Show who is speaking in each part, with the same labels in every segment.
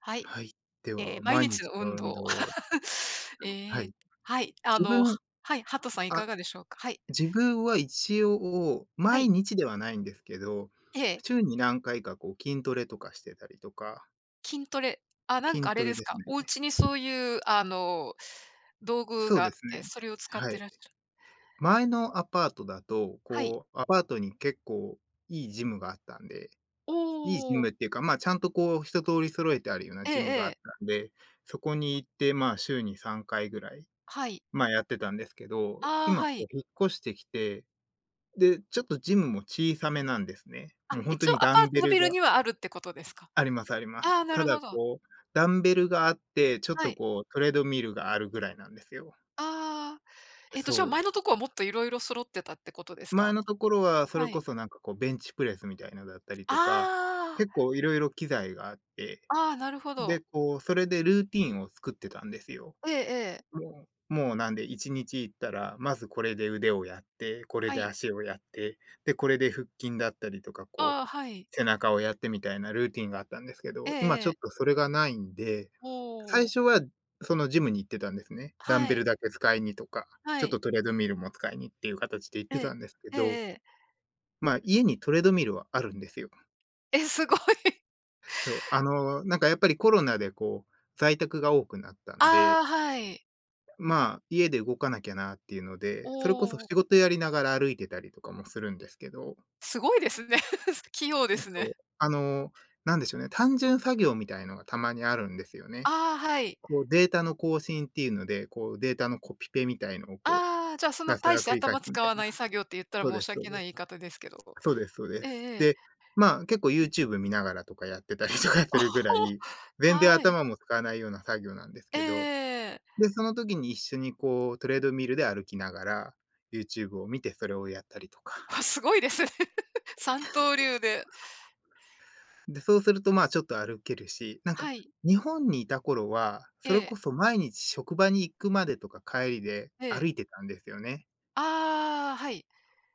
Speaker 1: はい。
Speaker 2: はい。では、
Speaker 1: 毎
Speaker 2: 毎
Speaker 1: 日
Speaker 2: 日
Speaker 1: の
Speaker 2: の
Speaker 1: 運
Speaker 2: 運
Speaker 1: 動。
Speaker 2: 動。
Speaker 1: え
Speaker 2: は
Speaker 1: ー
Speaker 2: い。
Speaker 1: はい、
Speaker 2: 自分
Speaker 1: はい、ハトさんいか
Speaker 2: あ、
Speaker 1: がでしょうか？はい、
Speaker 2: 自分は一応、
Speaker 1: は
Speaker 2: 毎
Speaker 1: い、
Speaker 2: 日ではないんですけど、
Speaker 1: ええ、
Speaker 2: 週に何回かこう筋トレとかしてたりとか、
Speaker 1: 筋トレ。あ、なんか
Speaker 2: 筋
Speaker 1: あれ
Speaker 2: ト
Speaker 1: で
Speaker 2: レ
Speaker 1: す
Speaker 2: です
Speaker 1: か、
Speaker 2: ね。
Speaker 1: お家にそういう、道具
Speaker 2: そう
Speaker 1: があっ
Speaker 2: です
Speaker 1: て、
Speaker 2: ね。
Speaker 1: それを使っ
Speaker 2: は
Speaker 1: て
Speaker 2: い。
Speaker 1: らっしゃる。
Speaker 2: 前のアパートだと、
Speaker 1: はい。
Speaker 2: こう、アパートに結構いいジムがあったんで、
Speaker 1: お
Speaker 2: いいジ
Speaker 1: お、
Speaker 2: ムっていうか、まあ、ちゃんとこう一通り揃えてあるような
Speaker 1: ええ
Speaker 2: ジム
Speaker 1: え
Speaker 2: があっ
Speaker 1: え、
Speaker 2: たんで、そこに行って、まあ、週に3回ぐらい、
Speaker 1: はい。
Speaker 2: まあ、やってたんですけど、
Speaker 1: ああ、
Speaker 2: 今こ
Speaker 1: は
Speaker 2: う
Speaker 1: い。
Speaker 2: 引っ越してきて、で、ちょっとジムも小さめなんですね。
Speaker 1: あ、
Speaker 2: もうほんと
Speaker 1: 一応
Speaker 2: に
Speaker 1: ア
Speaker 2: ダ
Speaker 1: パー
Speaker 2: ン
Speaker 1: ト
Speaker 2: ベ
Speaker 1: のビ
Speaker 2: ル
Speaker 1: ルに
Speaker 2: が
Speaker 1: はあるってことですか？
Speaker 2: ありますありま
Speaker 1: あ
Speaker 2: す。
Speaker 1: あ、な
Speaker 2: た
Speaker 1: る
Speaker 2: だ
Speaker 1: ほど。
Speaker 2: こう、ダンベルがあって、ちょっ
Speaker 1: は
Speaker 2: と
Speaker 1: い。
Speaker 2: こうトレードミルがあるぐらいなんですよ。
Speaker 1: ああ、じゃあ、
Speaker 2: そう。
Speaker 1: 前のとこはもっといろいろ揃ってたってことです
Speaker 2: 前
Speaker 1: か？
Speaker 2: のところはそれ
Speaker 1: は
Speaker 2: こ
Speaker 1: い。
Speaker 2: そなんかこうベンチプレスみたいのだったりとか、
Speaker 1: あ
Speaker 2: 結構色々機材があって、
Speaker 1: あ、ああ、なるほど。
Speaker 2: で、こうそれでルーティンを作ってたんですよ。
Speaker 1: ええええ。
Speaker 2: もうなんで1日行ったら、まずこれで腕をやって、これ
Speaker 1: は
Speaker 2: で
Speaker 1: い。
Speaker 2: 足をやって、で、これで腹筋だったりとか
Speaker 1: ああ、はい。
Speaker 2: 背中をやってみたいなルーティンがあったんですけ
Speaker 1: え
Speaker 2: ど、今
Speaker 1: ええ
Speaker 2: ちょっ
Speaker 1: え。
Speaker 2: とそれがないんで、
Speaker 1: お
Speaker 2: 最
Speaker 1: お。
Speaker 2: 初はそのジムに行ってたんですね。ダン
Speaker 1: は
Speaker 2: ベル
Speaker 1: い。
Speaker 2: だけ使いにとか、
Speaker 1: は
Speaker 2: ちょっ
Speaker 1: い。
Speaker 2: とトレードミルも使いにっていう形で行っ
Speaker 1: え
Speaker 2: て
Speaker 1: え。
Speaker 2: たんですけ
Speaker 1: ええ
Speaker 2: ど、
Speaker 1: ええ。
Speaker 2: まあ、家にトレードミルはあるんですよ。
Speaker 1: え、すごい。
Speaker 2: そう、あの、なんかやっぱりコロナでこう、在宅が多くなったん
Speaker 1: あ
Speaker 2: で、
Speaker 1: あ、はい。
Speaker 2: まあ、家で動かなきゃなっていうの
Speaker 1: お
Speaker 2: で、それこそ
Speaker 1: お、
Speaker 2: 仕事やりながら歩いてたりとかもするんですけど、
Speaker 1: すごいですね。器用で
Speaker 2: え、
Speaker 1: す
Speaker 2: そ
Speaker 1: ね。
Speaker 2: う、あの、なんでしょうね、単純作業みたいのがたまにあるんですよね。
Speaker 1: ああ、はい。
Speaker 2: こうデータの更新っていうので、こうデータのコピペみたいのをこう、
Speaker 1: ああ、じゃあ、そん
Speaker 2: ひ
Speaker 1: な
Speaker 2: たす
Speaker 1: 大
Speaker 2: ら
Speaker 1: して
Speaker 2: 繰り返
Speaker 1: 頭
Speaker 2: すみ
Speaker 1: 使
Speaker 2: たい
Speaker 1: わ
Speaker 2: な。
Speaker 1: ない作業って言ったら
Speaker 2: そう
Speaker 1: 申
Speaker 2: で
Speaker 1: し
Speaker 2: すそ
Speaker 1: 訳
Speaker 2: うで
Speaker 1: ない
Speaker 2: す。
Speaker 1: 言い方ですけど。
Speaker 2: そうですそうで
Speaker 1: ええ
Speaker 2: す。
Speaker 1: ええ。
Speaker 2: で、まあ、結構 YouTube 見ながらとかやってたりとか
Speaker 1: おお、
Speaker 2: するぐらい、全然
Speaker 1: はい。
Speaker 2: 頭も使わないような作業なんです
Speaker 1: え
Speaker 2: けど、
Speaker 1: えええ、
Speaker 2: で、その時に一緒にこうトレードミルで歩きながら、YouTube を見てそれをやったりとか。
Speaker 1: わ、すごいですね。三刀流で。
Speaker 2: で、そうするとまあ、ちょっと歩けるし、なんか
Speaker 1: はい。
Speaker 2: 日本にいた頃は、
Speaker 1: え
Speaker 2: それ
Speaker 1: え、
Speaker 2: こそ毎日職場に行くまでとか帰りで
Speaker 1: ええ。
Speaker 2: 歩いてたんですよね。
Speaker 1: ああ、はい。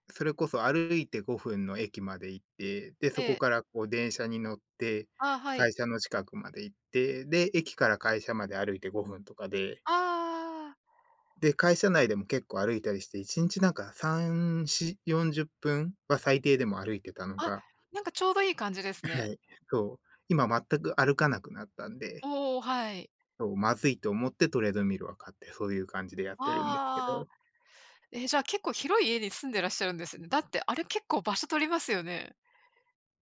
Speaker 2: それこそ歩いて5分の駅まで行って、で、
Speaker 1: え
Speaker 2: そこ
Speaker 1: え。
Speaker 2: からこう電車に乗って、
Speaker 1: ああ、はい。
Speaker 2: 会社の近くまで行って、で、駅から会社まで歩いて5分とかで、
Speaker 1: ああ。
Speaker 2: で、会社内でも結構歩いたりして、1日なんか3、4、40分は最低でも歩いてたの
Speaker 1: あ、
Speaker 2: が、
Speaker 1: なんかちょうどいい感じで す
Speaker 2: は
Speaker 1: ね。
Speaker 2: い、そう、今全く歩かなくなったんで、
Speaker 1: おお、はい。
Speaker 2: そう、まずいと思ってトレードミルは買って、そういう感じでやってるんですけ
Speaker 1: ああ、
Speaker 2: ど。
Speaker 1: え、じゃあ結構広い家に住んでらっしゃるんですね。だってあれ結構場所取りますよね。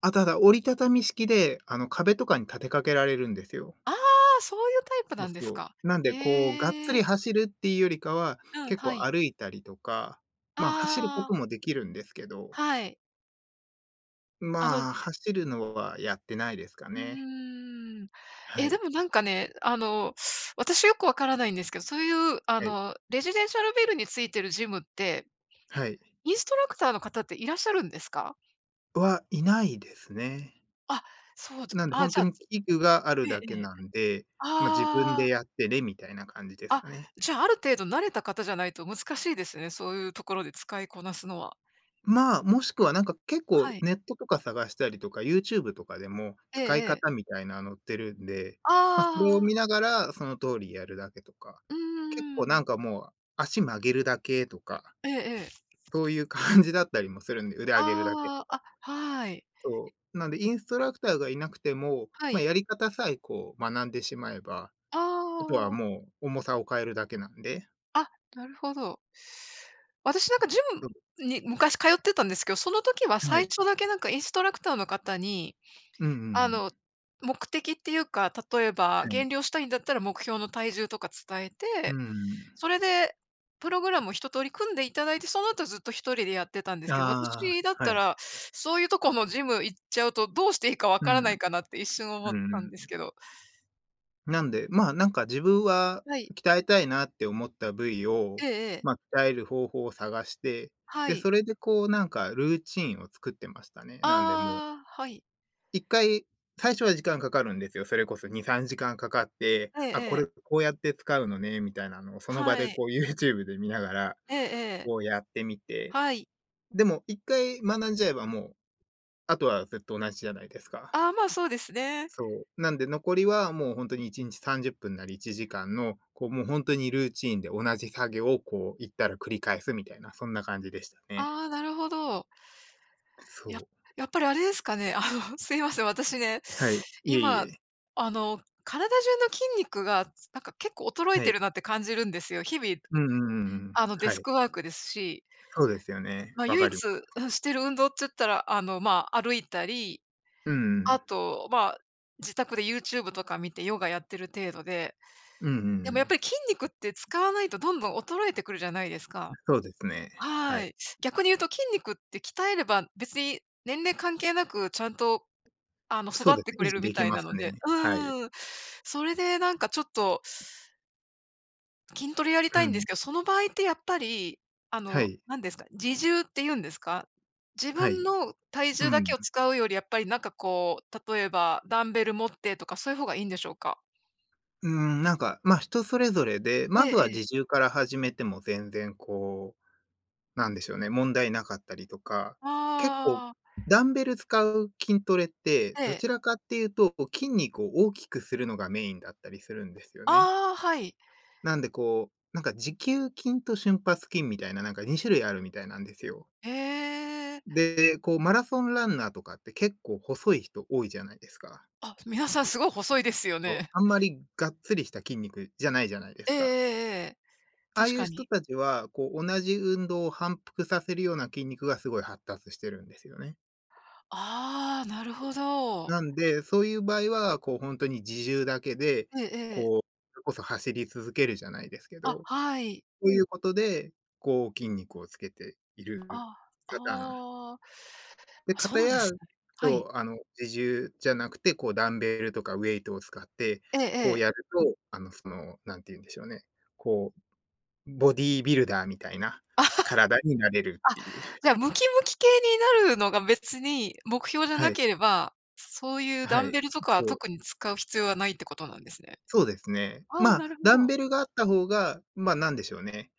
Speaker 2: あ、ただ折りたたみ式で、あの、壁とかに立てかけられるんですよ。
Speaker 1: ああ、そういうタイプな
Speaker 2: そう
Speaker 1: んです
Speaker 2: そ
Speaker 1: か。
Speaker 2: う。なんで、こう、がっつ
Speaker 1: へえ。
Speaker 2: り走るっていうよりかは、
Speaker 1: うん、
Speaker 2: 結
Speaker 1: は
Speaker 2: 構
Speaker 1: い。
Speaker 2: 歩いたりとか、まあ、走るこ
Speaker 1: あ
Speaker 2: と
Speaker 1: あ、
Speaker 2: もできるんですけど、
Speaker 1: はい。あの
Speaker 2: まあ、走るのはやってないですか
Speaker 1: う
Speaker 2: ね。
Speaker 1: ーん。
Speaker 2: は
Speaker 1: え、で
Speaker 2: い。
Speaker 1: もなんかね、私よくわからないんですけど、そういうあ
Speaker 2: はい。
Speaker 1: の、レジデンシャルビルについてるジムって、
Speaker 2: はい。
Speaker 1: インストラクターの方っていらっしゃるんですか？
Speaker 2: はい、ないですね。
Speaker 1: あ、そう、
Speaker 2: なんで
Speaker 1: あ、
Speaker 2: 本
Speaker 1: じ
Speaker 2: 当
Speaker 1: ゃあ、
Speaker 2: に器具がある
Speaker 1: ええ
Speaker 2: だけ
Speaker 1: ええ。
Speaker 2: なんで、自分
Speaker 1: あ
Speaker 2: でや
Speaker 1: あ。
Speaker 2: ってねみたいな感じです
Speaker 1: あ、
Speaker 2: かね。
Speaker 1: じゃあ、ある程度慣れた方じゃないと難しいですね、そういうところで使いこなすのは。
Speaker 2: まあ、もしくはなんか結構
Speaker 1: はい。
Speaker 2: ネットとか探したりとか、YouTube とかでも
Speaker 1: ええ
Speaker 2: 使い
Speaker 1: ええ。
Speaker 2: 方みたいなの載ってるんで、まあ、それを
Speaker 1: ああ、
Speaker 2: 見ながらその通りやるだけとか、
Speaker 1: うー
Speaker 2: 結構な
Speaker 1: ん。
Speaker 2: んかもう足曲げるだけとか、
Speaker 1: ええええ。
Speaker 2: そういう感じだったりもするんで、腕上げるだけと
Speaker 1: ああ、
Speaker 2: か。
Speaker 1: あ、はい。
Speaker 2: そう。なんでインストラクターがいなくても、
Speaker 1: は
Speaker 2: まあ、
Speaker 1: い。
Speaker 2: やり方さえこう学んでしまえば、
Speaker 1: あ
Speaker 2: あとは
Speaker 1: あ、
Speaker 2: もう重さを変えるだけなんで。
Speaker 1: あ、なるほど。私なんかジム
Speaker 2: そう、
Speaker 1: に昔通ってたんですけど、その時は
Speaker 2: は
Speaker 1: 最
Speaker 2: い。
Speaker 1: 初だけなんかインストラクターの方に、
Speaker 2: うんうんう
Speaker 1: あの、
Speaker 2: ん。
Speaker 1: 目的っていうか、例えば
Speaker 2: はい。
Speaker 1: 減量したいんだったら目標の体重とか伝え
Speaker 2: う
Speaker 1: て、
Speaker 2: んうん。
Speaker 1: それで、プログラムを一通り組んでいただいて、その後ずっと一人でやってたんですけど、
Speaker 2: ああ、
Speaker 1: 私だっ
Speaker 2: は
Speaker 1: た
Speaker 2: い。
Speaker 1: ら、そういうとこのジム行っちゃうと、どうしていいかわ
Speaker 2: うん、
Speaker 1: から
Speaker 2: う
Speaker 1: ないか
Speaker 2: ん
Speaker 1: なって一瞬思っ
Speaker 2: う
Speaker 1: たんです
Speaker 2: ん。
Speaker 1: けど。
Speaker 2: なんで、まあ、なんか自分は
Speaker 1: はい。
Speaker 2: 鍛えたいなって思った部位
Speaker 1: え
Speaker 2: を、
Speaker 1: えええ。
Speaker 2: 鍛える方法を探して、
Speaker 1: は
Speaker 2: で、
Speaker 1: い。
Speaker 2: それでこうなんかルーチンを作ってましたね。なんでもう、
Speaker 1: ああ、はい。
Speaker 2: 一回最初は時間かかるんですよ。それこそ2、3時間かかって、
Speaker 1: ええ
Speaker 2: あ、こ
Speaker 1: え
Speaker 2: れ
Speaker 1: え。
Speaker 2: こうやって使うのねみたいなのをその場
Speaker 1: は
Speaker 2: で
Speaker 1: い。
Speaker 2: こう YouTube で見ながら、
Speaker 1: ええええ。
Speaker 2: こうやってみて、
Speaker 1: はい。
Speaker 2: でも一回学んじゃえばもう、あとはずっと同じじゃないですか。
Speaker 1: ああ、まあ、そうですね。
Speaker 2: そう。なんで残りはもう本当に1日30分なり1時間の、こう、もう本当にルーチンで同じ作業をこう行ったら繰り返すみたいな、そんな感じでしたね。
Speaker 1: ああ、なるほど。や、
Speaker 2: そう。
Speaker 1: やっぱりあれですかね、すいません、私ね、
Speaker 2: はい。いえい
Speaker 1: 今、
Speaker 2: え。
Speaker 1: 体中の筋肉が、なんか結構衰え
Speaker 2: は
Speaker 1: て
Speaker 2: い。
Speaker 1: るなって感じるんですよ。日々、
Speaker 2: うんうんうんうん。
Speaker 1: デ
Speaker 2: は
Speaker 1: ス
Speaker 2: い。
Speaker 1: クワークですし、
Speaker 2: そうですよね。
Speaker 1: まあ、
Speaker 2: わ
Speaker 1: 唯
Speaker 2: か
Speaker 1: 一、
Speaker 2: ります。
Speaker 1: うん、してる運動って言ったら、まあ、歩いたり、
Speaker 2: うんう
Speaker 1: あ
Speaker 2: ん。
Speaker 1: と、まあ、自宅で YouTube とか見てヨガやってる程度で、
Speaker 2: うんうんう
Speaker 1: でもやっ
Speaker 2: ん。
Speaker 1: ぱり筋肉って使わないとどんどん衰えてくるじゃないですか。
Speaker 2: そうですね。は
Speaker 1: は
Speaker 2: い。
Speaker 1: い。逆に言うと筋肉って鍛えれば、別に年齢関係なくちゃんと、育
Speaker 2: そう
Speaker 1: っ
Speaker 2: です
Speaker 1: てく
Speaker 2: ね、維
Speaker 1: れ
Speaker 2: 持
Speaker 1: るみ
Speaker 2: でき
Speaker 1: たい
Speaker 2: ま
Speaker 1: な
Speaker 2: す
Speaker 1: の
Speaker 2: ね。
Speaker 1: で。
Speaker 2: はい。
Speaker 1: うん。それでなんかちょっと筋トレやり
Speaker 2: う
Speaker 1: たいんです
Speaker 2: ん。
Speaker 1: けど、その場合ってやっぱり、
Speaker 2: はい。
Speaker 1: 何ですか、自重って言うんですか？自
Speaker 2: は
Speaker 1: 分
Speaker 2: い。
Speaker 1: の体
Speaker 2: う
Speaker 1: 重だ
Speaker 2: ん。
Speaker 1: けを使うよりやっぱりなんかこう、例えばダンベル持ってとかそういう方がいいんでしょうか？
Speaker 2: うん、なんか、人それぞれで、
Speaker 1: え
Speaker 2: ま
Speaker 1: え
Speaker 2: ずは
Speaker 1: ええ。
Speaker 2: 自重から始めても全然こうなんですよね、問題なかったりとか、結構
Speaker 1: ああ、
Speaker 2: ダンベル使う筋トレって、
Speaker 1: え
Speaker 2: ど
Speaker 1: え。
Speaker 2: ちらかっていうと、筋肉を大きくするのがメインだったりするんですよね。
Speaker 1: ああ、はい。
Speaker 2: なんでこう、なんか持久筋と瞬発筋みたいな、なんか2種類あるみたいなんですよ。
Speaker 1: へえ。
Speaker 2: で、こうマラソンランナーとかって結構細い人多いじゃないですか。
Speaker 1: あ、皆さんすごい細いですよ
Speaker 2: そう、
Speaker 1: ね。
Speaker 2: あんまりがっつりした筋肉じゃないじゃないで
Speaker 1: え
Speaker 2: す
Speaker 1: ええ
Speaker 2: か。
Speaker 1: えええ。
Speaker 2: ああ
Speaker 1: 確
Speaker 2: いう
Speaker 1: か
Speaker 2: 人
Speaker 1: に。
Speaker 2: たちは、こう同じ運動を反復させるような筋肉がすごい発達してるんですよね。
Speaker 1: ああ、なるほど。
Speaker 2: なんで、そういう場合は、こう本当に自重だけで、
Speaker 1: ええええ。
Speaker 2: それこそ走り続けるじゃないですけ
Speaker 1: あ、
Speaker 2: ど、
Speaker 1: はい。
Speaker 2: そういうことで、こう筋肉をつけている
Speaker 1: ああ、
Speaker 2: パターン。
Speaker 1: ああ、
Speaker 2: で、
Speaker 1: そうなんですね。は
Speaker 2: そ
Speaker 1: い。
Speaker 2: う、あの、自重じゃなくて、こうダンベルとかウェイトを使って、
Speaker 1: ええ
Speaker 2: こう
Speaker 1: ええ。
Speaker 2: やると、あの、その、なんて言うんでしょうね、こう、ボディービルダーみたいな体になれるっ
Speaker 1: あ、
Speaker 2: ていう。
Speaker 1: じゃあムキムキ系になるのが別に目標じゃ
Speaker 2: は
Speaker 1: な
Speaker 2: い、
Speaker 1: ければ、そういうダ
Speaker 2: は
Speaker 1: ン
Speaker 2: い。
Speaker 1: ベルとか
Speaker 2: そ
Speaker 1: 特に
Speaker 2: う、
Speaker 1: 使う必要はないってことなんですね。
Speaker 2: そうですね。
Speaker 1: ああ、
Speaker 2: ま
Speaker 1: なる
Speaker 2: あ、
Speaker 1: ほ
Speaker 2: ダン
Speaker 1: ど。
Speaker 2: ベルがあった方が、まあ、なんでしょうね。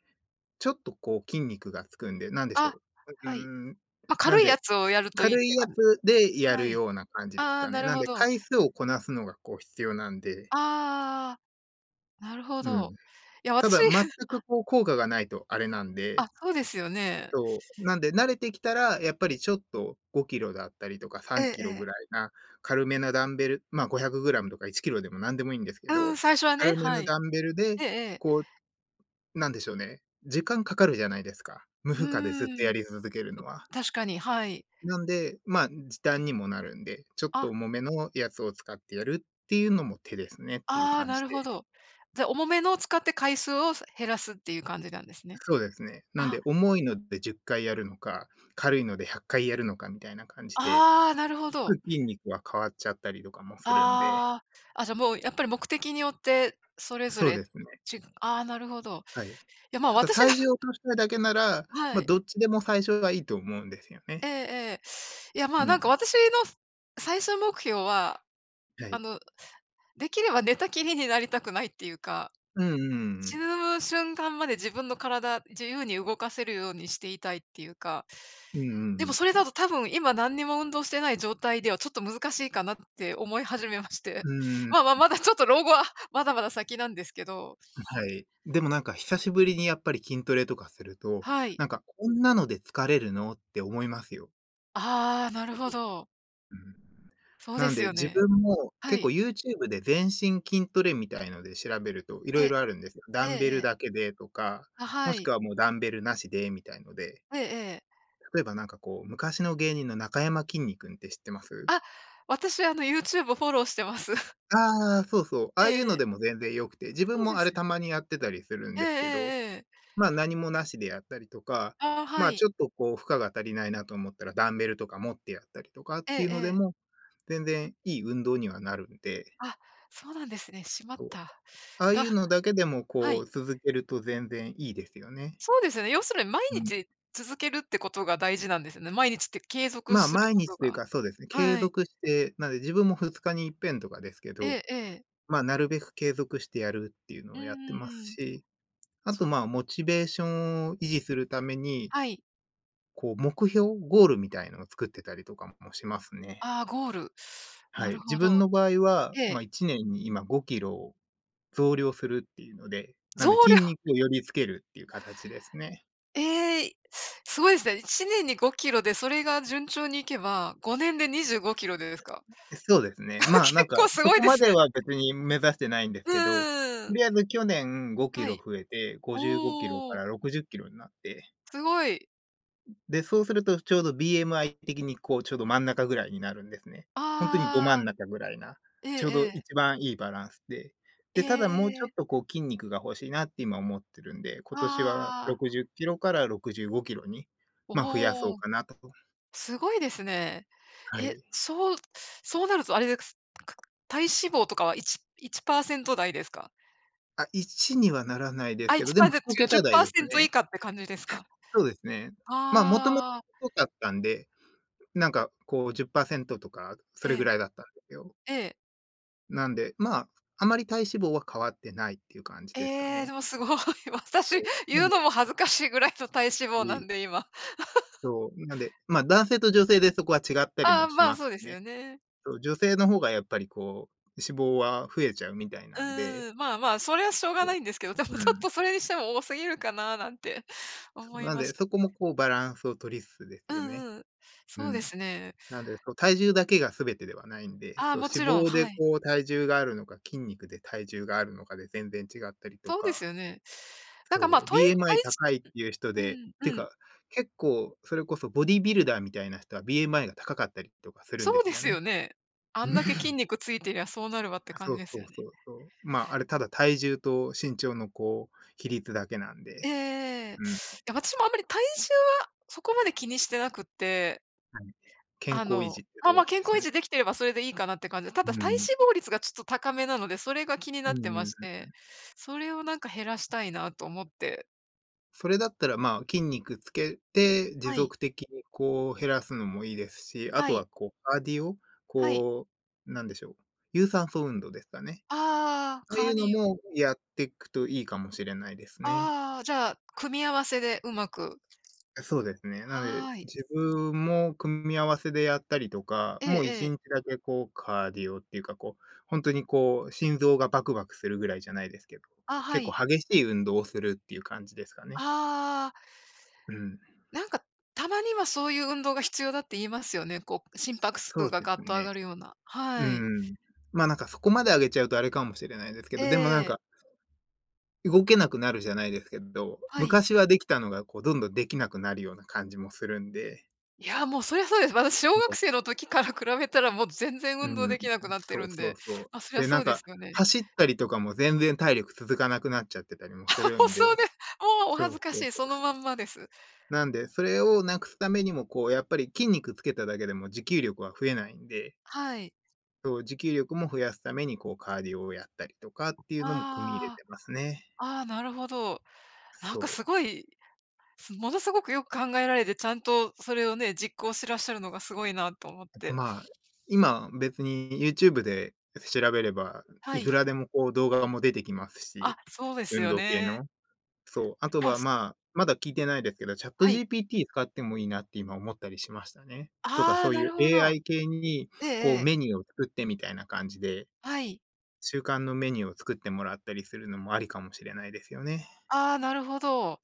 Speaker 2: ちょっとこう筋肉がつくんで、なんでしょ
Speaker 1: あ、
Speaker 2: う。
Speaker 1: はい。
Speaker 2: ううーん。
Speaker 1: ま、
Speaker 2: なん
Speaker 1: 軽いや
Speaker 2: で、
Speaker 1: つをやるといいっ
Speaker 2: 軽い
Speaker 1: て
Speaker 2: や
Speaker 1: かん、
Speaker 2: つでや
Speaker 1: は
Speaker 2: る
Speaker 1: い。
Speaker 2: ような感じです
Speaker 1: ああ、
Speaker 2: か
Speaker 1: な
Speaker 2: ね。
Speaker 1: る
Speaker 2: なん
Speaker 1: ほ
Speaker 2: で、
Speaker 1: ど。
Speaker 2: 回数をこなすのがこう必要なんで、
Speaker 1: ああ、なるほ
Speaker 2: う
Speaker 1: ど。
Speaker 2: ん。
Speaker 1: いや、
Speaker 2: た
Speaker 1: 私
Speaker 2: だ全
Speaker 1: あ、
Speaker 2: くこう効果がないとあれなん
Speaker 1: あ、
Speaker 2: で、
Speaker 1: そうですよね。
Speaker 2: そう、なんで慣れてきたら、やっぱりちょっと5キロだったりとか
Speaker 1: え
Speaker 2: 3
Speaker 1: え
Speaker 2: キ
Speaker 1: え
Speaker 2: ロぐらい
Speaker 1: え。
Speaker 2: な、軽めなダンベル、まあ、500グラムとか1キロでも何でもいいんですけ
Speaker 1: うん、
Speaker 2: ど、
Speaker 1: 最初はね、
Speaker 2: 軽め
Speaker 1: は
Speaker 2: の
Speaker 1: い。
Speaker 2: ダンベルで、
Speaker 1: ええええ。
Speaker 2: こう、なんでしょうね、時間かかるじゃないですか。無
Speaker 1: う
Speaker 2: 負荷でずっと
Speaker 1: ー
Speaker 2: や
Speaker 1: ん、
Speaker 2: り続けるのは。
Speaker 1: 確かに、はい。
Speaker 2: なんで、まあ、時短にもなるんで、ちょっと
Speaker 1: あ、
Speaker 2: 重めのやつを使ってやるっていうのも手ですねっていう
Speaker 1: ああ、
Speaker 2: 感
Speaker 1: な
Speaker 2: じ
Speaker 1: る
Speaker 2: で。
Speaker 1: ほど。じゃあ、重めのを使って回数を減らすっていう感じなんですね。
Speaker 2: そうですね。なん
Speaker 1: あ、
Speaker 2: で、重いので10回やるのか、軽いので100回やるのかみたいな感じで、
Speaker 1: ああ、なるほ
Speaker 2: つ
Speaker 1: ど。
Speaker 2: く筋肉は変わっちゃったりとかもするんで、
Speaker 1: ああ、あ、じゃ、もうやっぱり目的によってそれぞ
Speaker 2: そう
Speaker 1: れ、
Speaker 2: ですね、
Speaker 1: ち、ああ、なるほど。い
Speaker 2: はい。
Speaker 1: や、まあ、
Speaker 2: ただ
Speaker 1: 私が
Speaker 2: 体重を落 としたいだけなら、
Speaker 1: は
Speaker 2: まあ、
Speaker 1: い。
Speaker 2: どっちでも最初はいいと思うんですよ
Speaker 1: ええ
Speaker 2: ね。
Speaker 1: ええ。いや、まあ、
Speaker 2: う
Speaker 1: なんか
Speaker 2: ん、
Speaker 1: 私の最終目標は、
Speaker 2: は
Speaker 1: あ
Speaker 2: い。
Speaker 1: の、できれば寝たきりになりたくないっていうか、
Speaker 2: うんうんう
Speaker 1: 死
Speaker 2: ん。
Speaker 1: ぬ瞬間まで自分の体自由に動かせるようにしていたいっていうか、
Speaker 2: うんう
Speaker 1: でも
Speaker 2: ん
Speaker 1: それ
Speaker 2: うん。
Speaker 1: だと多分今何にも運動してない状態ではちょっと難しいかなって思い始めまして。
Speaker 2: うーん。
Speaker 1: まあまあ、まだちょっと老後はまだまだ先なんですけど。
Speaker 2: はい。でもなんか久しぶりにやっぱり筋トレとかすると、
Speaker 1: はい。
Speaker 2: なんかこんなので疲れるのって思いますよ。
Speaker 1: ああ、なるほど。
Speaker 2: うん。
Speaker 1: そうで
Speaker 2: なん
Speaker 1: す
Speaker 2: で
Speaker 1: よ
Speaker 2: 自
Speaker 1: ね。
Speaker 2: 分も
Speaker 1: は
Speaker 2: 結構
Speaker 1: い。
Speaker 2: YouTube で全身筋トレみたいので調べると色
Speaker 1: え、
Speaker 2: 々あるんですよ。
Speaker 1: え
Speaker 2: ダ
Speaker 1: え
Speaker 2: ン
Speaker 1: え
Speaker 2: ベル
Speaker 1: え。
Speaker 2: だけでとか、
Speaker 1: あ、は
Speaker 2: もし
Speaker 1: い。
Speaker 2: くはもうダンベルなしでみたいので、
Speaker 1: ええええ。
Speaker 2: 例えばなんかこう昔の芸人の中山きんに君って知ってます？
Speaker 1: あ、私あの YouTube フォローしてます。
Speaker 2: ああー、そうそう。あ
Speaker 1: え
Speaker 2: あい
Speaker 1: え
Speaker 2: う
Speaker 1: え
Speaker 2: の
Speaker 1: え。
Speaker 2: でも全然良くて、自
Speaker 1: そ
Speaker 2: 分
Speaker 1: うで
Speaker 2: もあれ
Speaker 1: すよ。
Speaker 2: たまにやってたりするん
Speaker 1: ええ
Speaker 2: ですけど、
Speaker 1: ええええ。
Speaker 2: まあ、何もなしでやったりとか、
Speaker 1: ああ、
Speaker 2: ま
Speaker 1: は
Speaker 2: あ、ち
Speaker 1: い。
Speaker 2: ょっとこう負荷が足りないなと思ったらダンベルとか持ってやったりとかっ
Speaker 1: ええ
Speaker 2: ていう
Speaker 1: え
Speaker 2: ので
Speaker 1: え。
Speaker 2: も、全然いい運動にはなるんで、
Speaker 1: あ、そうなんですね。しまっ
Speaker 2: そう。
Speaker 1: た。
Speaker 2: ああい
Speaker 1: だ、
Speaker 2: うのだけでも
Speaker 1: は
Speaker 2: こ
Speaker 1: い。
Speaker 2: う続けると全然いいですよね。
Speaker 1: そうですよね。要するに毎
Speaker 2: うん。
Speaker 1: 日続けるってことが大事なんですよね。毎日って継続
Speaker 2: まあ、
Speaker 1: する
Speaker 2: 毎
Speaker 1: こと
Speaker 2: 日という
Speaker 1: が。
Speaker 2: かそうですね、継
Speaker 1: はい。
Speaker 2: 続して、なんで自分も2日にいっぺんとかですけ
Speaker 1: え
Speaker 2: ど、
Speaker 1: えええ。
Speaker 2: まあ、なるべく継続してやるっていうの
Speaker 1: うん
Speaker 2: を
Speaker 1: う
Speaker 2: やってます
Speaker 1: んうん。
Speaker 2: し、あ
Speaker 1: そ
Speaker 2: と、ま
Speaker 1: う、
Speaker 2: あ、モチベーションを維持するために、
Speaker 1: はい。
Speaker 2: こう目標、ゴールみたいのを作ってたりとかもしますね。
Speaker 1: ああ、ゴール。な
Speaker 2: は
Speaker 1: る
Speaker 2: い。
Speaker 1: ほ
Speaker 2: 自分
Speaker 1: ど。
Speaker 2: の場合は、
Speaker 1: え
Speaker 2: まあ、
Speaker 1: え。
Speaker 2: 1年に今5キロ増量するっていうので、な
Speaker 1: 増
Speaker 2: ん
Speaker 1: 量、
Speaker 2: で筋肉をよりつけるっていう形ですね。
Speaker 1: ええ、すごいですね。1年に5キロで、それが順調にいけば、5年で25キロですか？
Speaker 2: そうですね。まあ、
Speaker 1: 結
Speaker 2: なんか、
Speaker 1: 構す
Speaker 2: そ
Speaker 1: ごい
Speaker 2: こ
Speaker 1: で
Speaker 2: ま
Speaker 1: す
Speaker 2: で
Speaker 1: ね。
Speaker 2: は別に目指してないんです
Speaker 1: うん、
Speaker 2: けど、と
Speaker 1: ん、
Speaker 2: りあえず去年5キ
Speaker 1: は
Speaker 2: ロ
Speaker 1: い。
Speaker 2: 増えて、55キロか
Speaker 1: おー、
Speaker 2: ら60キロになって、
Speaker 1: すごい。
Speaker 2: で、そうするとちょうど BMI 的にこう、ちょうど真ん中ぐらいになるんですね。ほんとにど真
Speaker 1: あ
Speaker 2: ん
Speaker 1: あ、
Speaker 2: 中ぐらいな、
Speaker 1: ええ
Speaker 2: ちょう
Speaker 1: え
Speaker 2: ど
Speaker 1: え。
Speaker 2: 一番いいバランスで。
Speaker 1: え
Speaker 2: で、ただもうちょっと
Speaker 1: え。
Speaker 2: こう筋肉が欲しいなって今思ってるんで、今年は
Speaker 1: ああ、
Speaker 2: 60キロから65キロに、ま、増やそ
Speaker 1: お
Speaker 2: う
Speaker 1: お。
Speaker 2: かなと。
Speaker 1: すごいですね。
Speaker 2: は
Speaker 1: え、
Speaker 2: い。
Speaker 1: そう、そうなるとあれですか、体脂肪とかは1ト台ですか？
Speaker 2: あ、1にはならないで
Speaker 1: あ、
Speaker 2: すけど、
Speaker 1: 1
Speaker 2: で
Speaker 1: パー
Speaker 2: も
Speaker 1: セン
Speaker 2: 1
Speaker 1: ト違う、じゅっ
Speaker 2: 桁台
Speaker 1: パー
Speaker 2: で
Speaker 1: セ
Speaker 2: す
Speaker 1: ン0以
Speaker 2: ね。
Speaker 1: 下って感じですか？
Speaker 2: そうですね。ま、もとも
Speaker 1: ああ、
Speaker 2: と太かったんで、なんかこう10%とかそ
Speaker 1: え
Speaker 2: れぐ
Speaker 1: え、
Speaker 2: らいだったんですよ。
Speaker 1: ええ。
Speaker 2: なんで、まあ、あまり体脂肪は変わってないっていう感じですか
Speaker 1: ええ、で
Speaker 2: ね。
Speaker 1: もすごい。
Speaker 2: そ
Speaker 1: 私、
Speaker 2: う、なん
Speaker 1: 言う
Speaker 2: で
Speaker 1: のも恥ずかしいぐらいの体脂肪な
Speaker 2: い
Speaker 1: んで、今。
Speaker 2: そう、なんで、まあ、男性と女性でそこは違ったり
Speaker 1: ああ、
Speaker 2: もし
Speaker 1: まあ、
Speaker 2: ま
Speaker 1: そう
Speaker 2: す
Speaker 1: で
Speaker 2: し
Speaker 1: す
Speaker 2: ね。
Speaker 1: よね。
Speaker 2: そう、女性の方がやっぱりこう、脂肪は増えちゃうみたい
Speaker 1: う
Speaker 2: なんで、
Speaker 1: ーん、まあまあ、それはしょうが
Speaker 2: そ
Speaker 1: ないんですけど、でもち
Speaker 2: う、う
Speaker 1: ょっ
Speaker 2: ん。
Speaker 1: とそれにしても多すぎるかななんて
Speaker 2: そ
Speaker 1: 思
Speaker 2: う、
Speaker 1: い
Speaker 2: なん
Speaker 1: まし
Speaker 2: で、そ
Speaker 1: た。
Speaker 2: こもこうバランスを取りつつで
Speaker 1: う
Speaker 2: すよね。
Speaker 1: んうん。
Speaker 2: う
Speaker 1: そうで
Speaker 2: ん。
Speaker 1: すね。
Speaker 2: なんで、そう、体重だけが全てではないんで、
Speaker 1: ああ、
Speaker 2: そう、
Speaker 1: もち
Speaker 2: 脂
Speaker 1: ろん、
Speaker 2: 肪で
Speaker 1: はい。
Speaker 2: こう体重があるのか、筋肉で体重があるのかで全然違ったりと
Speaker 1: そうです
Speaker 2: か、
Speaker 1: よね。なんか、まあ、
Speaker 2: そう、
Speaker 1: とえ体
Speaker 2: BMI
Speaker 1: い、
Speaker 2: 高いっていう人
Speaker 1: う
Speaker 2: で、
Speaker 1: ん、
Speaker 2: て
Speaker 1: うん。
Speaker 2: か、結構それこそボディビルダーみたいな人は BMI が高かったりとかする
Speaker 1: そ
Speaker 2: んで
Speaker 1: う
Speaker 2: す
Speaker 1: で
Speaker 2: よ
Speaker 1: すよ
Speaker 2: ね。
Speaker 1: ね。あん
Speaker 2: うん、
Speaker 1: だけ筋肉ついてりゃそうなるわって感
Speaker 2: そ
Speaker 1: じ
Speaker 2: う
Speaker 1: です
Speaker 2: そ
Speaker 1: よ
Speaker 2: う
Speaker 1: ね。
Speaker 2: そうそう。まあ、あれただ体重と身長のこう、比率だけなん
Speaker 1: え
Speaker 2: で。
Speaker 1: え、い
Speaker 2: うん、は
Speaker 1: や、私もあんまり体重はそこまで気にしてなくって、
Speaker 2: い。健康維持って
Speaker 1: ま
Speaker 2: と
Speaker 1: あ
Speaker 2: こ
Speaker 1: まあ、
Speaker 2: ろ
Speaker 1: 健
Speaker 2: で
Speaker 1: 康
Speaker 2: す
Speaker 1: 維
Speaker 2: ね。
Speaker 1: 持できてればそれでいいかなって感じで、た
Speaker 2: う
Speaker 1: だ
Speaker 2: ん
Speaker 1: 体脂
Speaker 2: うん。
Speaker 1: 肪率がちょっと高めなので、それが気にな
Speaker 2: う
Speaker 1: ってま
Speaker 2: ん。
Speaker 1: して、それをなんか減らしたいなと思って。
Speaker 2: それだったら、まあ、筋肉つけて、持
Speaker 1: はい、
Speaker 2: 続的にこう減らすのもいいですし、あ
Speaker 1: は
Speaker 2: とは
Speaker 1: い、
Speaker 2: こうカーディオ、
Speaker 1: はい。
Speaker 2: こう、なんでしょう、有酸素運動ですかね。
Speaker 1: ああ、
Speaker 2: ああ
Speaker 1: カ
Speaker 2: い
Speaker 1: ー
Speaker 2: う
Speaker 1: ディ
Speaker 2: の
Speaker 1: オ。
Speaker 2: もやっていくといいかもしれないですね。
Speaker 1: ああ、じゃあ、組み合わせでうまく。
Speaker 2: そうですね。なので、
Speaker 1: はい。
Speaker 2: 自分も組み合わせでやったりとか、
Speaker 1: ええ
Speaker 2: もう
Speaker 1: え
Speaker 2: 1
Speaker 1: え。
Speaker 2: 日だけこうカーディオっていうか、こう、本当にこう心臓がバクバクするぐらいじゃないですけど、
Speaker 1: あ、は
Speaker 2: 結構
Speaker 1: い。
Speaker 2: 激しい運動をするっていう感じですかね。
Speaker 1: ああ、
Speaker 2: うん、
Speaker 1: なんか、たまにはそういう運動が必要だって言いますよね。こう、心拍数
Speaker 2: そう
Speaker 1: が
Speaker 2: で
Speaker 1: ガ
Speaker 2: す
Speaker 1: ッと上
Speaker 2: ね。
Speaker 1: がるような。
Speaker 2: う
Speaker 1: はい。
Speaker 2: ん。ま、なんかそこまで上げちゃうとあれかもしれないですけ
Speaker 1: え
Speaker 2: ど、でもなん
Speaker 1: え、
Speaker 2: か、動けなくなるじゃないですけど、
Speaker 1: はい。
Speaker 2: 昔はできたのがこうどんどんできなくなるような感じもするんで。
Speaker 1: いや、もうそりゃそうです。私、小学生の時から比べたら、もう全然
Speaker 2: う
Speaker 1: 運動
Speaker 2: ん、
Speaker 1: できなくなって
Speaker 2: そ
Speaker 1: る
Speaker 2: う
Speaker 1: ん
Speaker 2: そう
Speaker 1: で、
Speaker 2: そ
Speaker 1: まあ、そり
Speaker 2: う。
Speaker 1: ゃ
Speaker 2: で、
Speaker 1: そ
Speaker 2: なん
Speaker 1: うで
Speaker 2: か、
Speaker 1: すよね。
Speaker 2: 走ったりとかも全然体力続かなくなっちゃってたり もする
Speaker 1: 放
Speaker 2: んで、
Speaker 1: 送で、もう、お
Speaker 2: そ
Speaker 1: 恥
Speaker 2: うそ
Speaker 1: ず
Speaker 2: う
Speaker 1: か
Speaker 2: そ
Speaker 1: しい、そ
Speaker 2: う
Speaker 1: の
Speaker 2: そ
Speaker 1: まん
Speaker 2: う。
Speaker 1: まです。
Speaker 2: なんで、それをなくすためにも、こう、やっぱり筋肉つけただけでも持久力は増えないんで、
Speaker 1: はい。
Speaker 2: そう、持久力も増やすために、こう、カーディオをやったりとかっていうのも組み入れ
Speaker 1: あ
Speaker 2: てますね。
Speaker 1: あ、ああ、なるほど。なんかす
Speaker 2: そ
Speaker 1: ごい、す、ものすごくよく考えられて、ちゃんとそれをね、実行してらっしゃるのがすごいなと思っ
Speaker 2: う。
Speaker 1: て。
Speaker 2: まあ、今別に YouTube で調べれば、
Speaker 1: は
Speaker 2: い
Speaker 1: い。
Speaker 2: くらでもこう動画も出てきます
Speaker 1: あ、
Speaker 2: し、
Speaker 1: そうです
Speaker 2: 運
Speaker 1: よ
Speaker 2: 動系
Speaker 1: ね。
Speaker 2: の。そう、あと
Speaker 1: まあ、
Speaker 2: は、
Speaker 1: す、
Speaker 2: まあ、まだ聞いてないですけど、チャット
Speaker 1: はい。
Speaker 2: g p t 使ってもいいなって今思ったりしましたね。とか、
Speaker 1: ああ、
Speaker 2: そう
Speaker 1: な
Speaker 2: いう
Speaker 1: るほど。
Speaker 2: AI 系に、
Speaker 1: えええ
Speaker 2: こう
Speaker 1: え。
Speaker 2: メニューを作ってみたいな感じで、
Speaker 1: はい。
Speaker 2: 習慣のメニューを作ってもらったりするのもありかもしれないですよね。
Speaker 1: ああ、なるほど。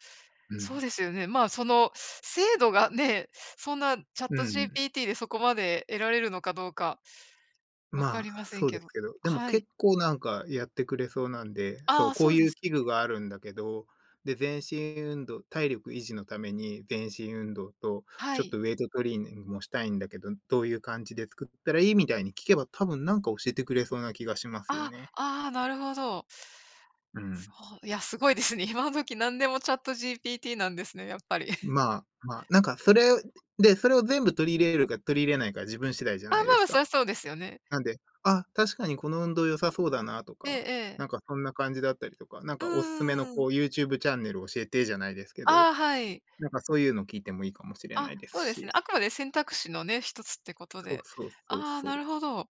Speaker 2: う
Speaker 1: そう
Speaker 2: ん。
Speaker 1: ですよね。まあ、その、精度がね、そんな
Speaker 2: うん、
Speaker 1: ChatGPT でそこまで得られるのかどうか分か
Speaker 2: ま
Speaker 1: りま
Speaker 2: あ、
Speaker 1: せん
Speaker 2: そう
Speaker 1: け
Speaker 2: です
Speaker 1: ど。
Speaker 2: けど、でも
Speaker 1: はい。
Speaker 2: 結構なんかやってくれそうなんで、そ
Speaker 1: あ
Speaker 2: う、
Speaker 1: あ、
Speaker 2: こ
Speaker 1: そ
Speaker 2: う
Speaker 1: うで
Speaker 2: いう
Speaker 1: す
Speaker 2: 器
Speaker 1: ね。
Speaker 2: 具があるんだけど、で、全身運動体力維持のために全身運動と、
Speaker 1: は
Speaker 2: ちょっ
Speaker 1: い。
Speaker 2: とウェイトトレーニングもしたいんだけど、どういう感じで作ったらいいみたいに聞けば、多分なんか教えてくれそうな気がしますよ
Speaker 1: あ
Speaker 2: ね。
Speaker 1: あ、ああ、なるほど。
Speaker 2: う
Speaker 1: そ
Speaker 2: ん。
Speaker 1: う、いや、すごいですね。今時何でも ChatGPT なんですね、やっぱり。
Speaker 2: まあまあ、なんかそれで、それを全部取り入れるか取り入れないか自分次第じゃ
Speaker 1: あ、ま
Speaker 2: な
Speaker 1: あ
Speaker 2: いで
Speaker 1: ま
Speaker 2: す
Speaker 1: あ、そ
Speaker 2: か。
Speaker 1: りゃそうですよね。
Speaker 2: なんで、あ、確かにこの運動良さそうだなと
Speaker 1: ええ
Speaker 2: か、
Speaker 1: ええ。
Speaker 2: なんかそんな感じだったりとか、なん
Speaker 1: うー
Speaker 2: かおすすめの
Speaker 1: んう
Speaker 2: こ
Speaker 1: ん。
Speaker 2: う YouTube チャンネル教えてじゃないですけど、
Speaker 1: ああ、はい。
Speaker 2: なんかそういうの聞いてもいいかもしれな
Speaker 1: あ、
Speaker 2: いです
Speaker 1: そうです
Speaker 2: し。
Speaker 1: ね。あくまで選択肢のね、一つってこと
Speaker 2: そう
Speaker 1: で。
Speaker 2: そうそう
Speaker 1: ああ、
Speaker 2: そう。
Speaker 1: なるほど。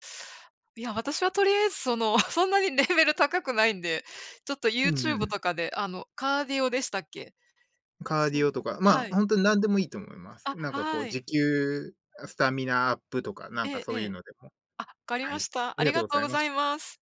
Speaker 1: いや、私はとりあえずその、そんなにレベル高くないんで、ちょっと
Speaker 2: うんう
Speaker 1: YouTube
Speaker 2: ん。
Speaker 1: とかで、カーディオでしたっけ？
Speaker 2: カーデ
Speaker 1: そう、
Speaker 2: ィオとか、
Speaker 1: は
Speaker 2: まあ、
Speaker 1: い。
Speaker 2: ほんとに何でもいいと思います。
Speaker 1: あ、
Speaker 2: なんかこ
Speaker 1: は
Speaker 2: う
Speaker 1: い。
Speaker 2: 持久、スタミナアップとか、なん
Speaker 1: え
Speaker 2: か
Speaker 1: ええ
Speaker 2: そういう
Speaker 1: え。
Speaker 2: のでも。
Speaker 1: あ、わかり
Speaker 2: は
Speaker 1: ま
Speaker 2: い。
Speaker 1: した。
Speaker 2: あ
Speaker 1: あ
Speaker 2: り
Speaker 1: り
Speaker 2: がとう
Speaker 1: が
Speaker 2: ご
Speaker 1: とう
Speaker 2: ざい
Speaker 1: ご
Speaker 2: まし
Speaker 1: ざい
Speaker 2: た。
Speaker 1: ます。